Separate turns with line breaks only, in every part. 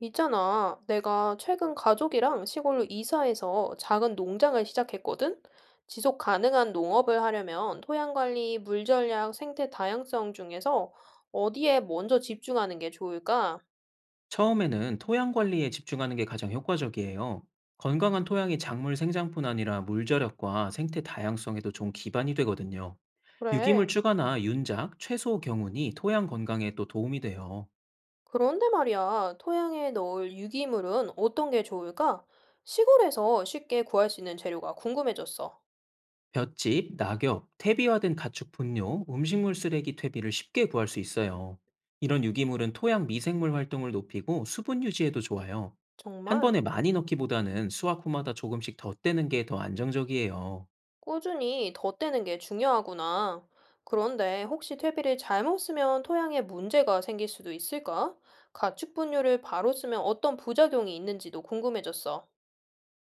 있잖아, 내가 최근 가족이랑 시골로 이사해서 작은 농장을 시작했거든? 지속 가능한 농업을 하려면 토양 관리, 물 전략, 생태 다양성 중에서 어디에 먼저 집중하는 게 좋을까?
처음에는 토양 관리에 집중하는 게 가장 효과적이에요. 건강한 토양이 작물 생장뿐 아니라 물절약과 생태 다양성에도 좋은 기반이 되거든요. 유기물
그래.
추가나 윤작, 채소 경운이 토양 건강에 또 도움이 돼요.
그런데 말이야, 토양에 넣을 유기물은 어떤 게 좋을까? 시골에서 쉽게 구할 수 있는 재료가 궁금해졌어.
볏짚, 낙엽, 퇴비화된 가축 분뇨, 음식물 쓰레기 퇴비를 쉽게 구할 수 있어요. 이런 유기물은 토양 미생물 활동을 높이고 수분 유지에도 좋아요. 한
정말?
번에 많이 넣기보다는 수확 후마다 조금씩 더 떼는 게 더 안정적이에요.
꾸준히 덧대는 게 중요하구나. 그런데 혹시 퇴비를 잘못 쓰면 토양에 문제가 생길 수도 있을까? 가축 분유를 바로 쓰면 어떤 부작용이 있는지도 궁금해졌어.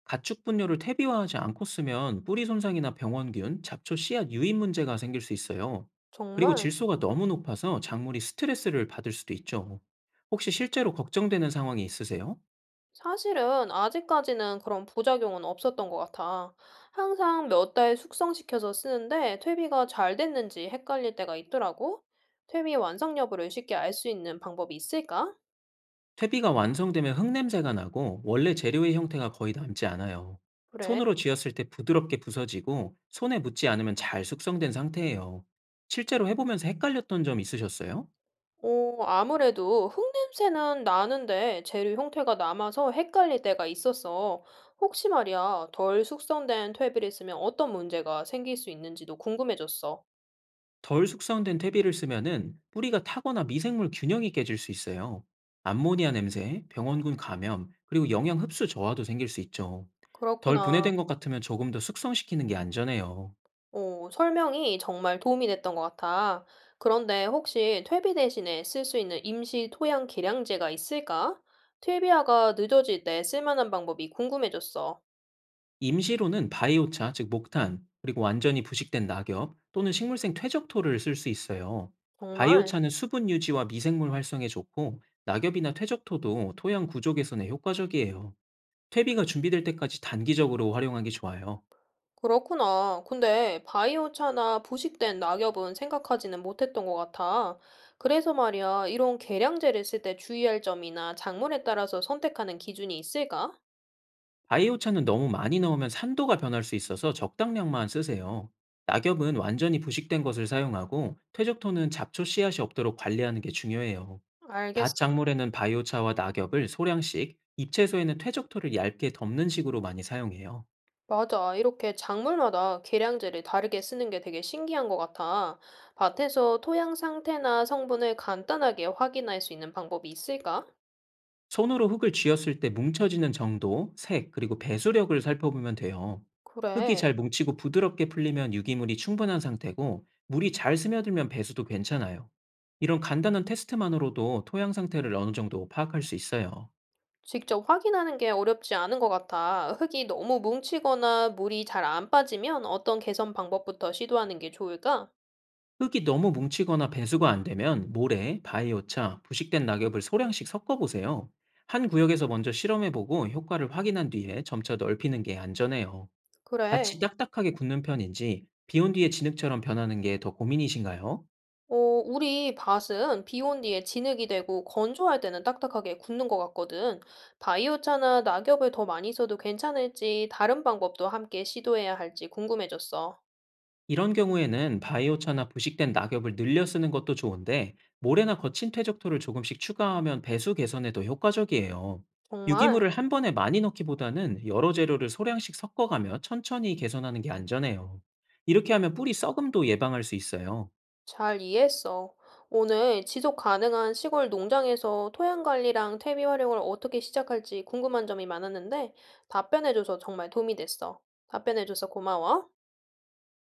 가축 분뇨를 퇴비화하지 않고 쓰면 뿌리 손상이나 병원균, 잡초 씨앗 유입 문제가 생길 수 있어요. 그리고
정말?
질소가 너무 높아서 작물이 스트레스를 받을 수도 있죠. 혹시 실제로 걱정되는 상황이 있으세요?
사실은 아직까지는 그런 부작용은 없었던 것 같아. 항상 몇 달 숙성시켜서 쓰는데 퇴비가 잘 됐는지 헷갈릴 때가 있더라고. 퇴비 완성 여부를 쉽게 알 수 있는 방법이 있을까?
퇴비가 완성되면 흙냄새가 나고 원래 재료의 형태가 거의 남지 않아요.
그래.
손으로 쥐었을 때 부드럽게 부서지고 손에 묻지 않으면 잘 숙성된 상태예요. 실제로 해보면서 헷갈렸던 점 있으셨어요?
어, 아무래도 흙냄새는 나는데 재료 형태가 남아서 헷갈릴 때가 있었어. 혹시 말이야, 덜 숙성된 퇴비를 쓰면 어떤 문제가 생길 수 있는지도 궁금해졌어.
덜 숙성된 퇴비를 쓰면은 뿌리가 타거나 미생물 균형이 깨질 수 있어요. 암모니아 냄새, 병원군 감염, 그리고 영양 흡수 저하도 생길 수 있죠. 덜
그렇구나.
분해된 것 같으면 조금 더 숙성시키는 게 안전해요.
어, 설명이 정말 도움이 됐던 것 같아. 그런데 혹시 퇴비 대신에 쓸 수 있는 임시 토양 계량제가 있을까? 퇴비화가 늦어질 때 쓸만한 방법이 궁금해졌어.
임시로는 바이오차, 즉 목탄, 그리고 완전히 부식된 낙엽 또는 식물생 퇴적토를 쓸 수 있어요.
정말?
바이오차는 수분 유지와 미생물 활성에 좋고 낙엽이나 퇴적토도 토양 구조 개선에 효과적이에요. 퇴비가 준비될 때까지 단기적으로 활용하기 좋아요.
그렇구나. 근데 바이오차나 부식된 낙엽은 생각하지는 못했던 것 같아. 그래서 말이야, 이런 계량제를 쓸 때 주의할 점이나 작물에 따라서 선택하는 기준이 있을까?
바이오차는 너무 많이 넣으면 산도가 변할 수 있어서 적당량만 쓰세요. 낙엽은 완전히 부식된 것을 사용하고 퇴적토는 잡초 씨앗이 없도록 관리하는 게 중요해요. 밭
알겠어.
작물에는 바이오차와 낙엽을 소량씩, 잎채소에는 퇴적토를 얇게 덮는 식으로 많이 사용해요.
맞아. 이렇게 작물마다 계량제를 다르게 쓰는 게 되게 신기한 것 같아. 밭에서 토양 상태나 성분을 간단하게 확인할 수 있는 방법이 있을까?
손으로 흙을 쥐었을 때 뭉쳐지는 정도, 색, 그리고 배수력을 살펴보면 돼요. 흙이
그래.
잘 뭉치고 부드럽게 풀리면 유기물이 충분한 상태고, 물이 잘 스며들면 배수도 괜찮아요. 이런 간단한 테스트만으로도 토양 상태를 어느 정도 파악할 수 있어요.
직접 확인하는 게 어렵지 않은 것 같아. 흙이 너무 뭉치거나 물이 잘 안 빠지면 어떤 개선 방법부터 시도하는 게 좋을까?
흙이 너무 뭉치거나 배수가 안 되면 모래, 바이오차, 부식된 낙엽을 소량씩 섞어보세요. 한 구역에서 먼저 실험해보고 효과를 확인한 뒤에 점차 넓히는 게 안전해요. 밭이
그래.
딱딱하게 굳는 편인지 비온 뒤에 진흙처럼 변하는 게 더 고민이신가요?
어, 우리 밭은 비온 뒤에 진흙이 되고 건조할 때는 딱딱하게 굳는 것 같거든. 바이오차나 낙엽을 더 많이 써도 괜찮을지 다른 방법도 함께 시도해야 할지 궁금해졌어.
이런 경우에는 바이오차나 부식된 낙엽을 늘려 쓰는 것도 좋은데 모래나 거친 퇴적토를 조금씩 추가하면 배수 개선에도 효과적이에요.
정말?
유기물을 한 번에 많이 넣기보다는 여러 재료를 소량씩 섞어가며 천천히 개선하는 게 안전해요. 이렇게 하면 뿌리 썩음도 예방할 수 있어요.
잘 이해했어. 오늘 지속 가능한 시골 농장에서 토양 관리랑 퇴비 활용을 어떻게 시작할지 궁금한 점이 많았는데 답변해줘서 정말 도움이 됐어. 답변해줘서 고마워.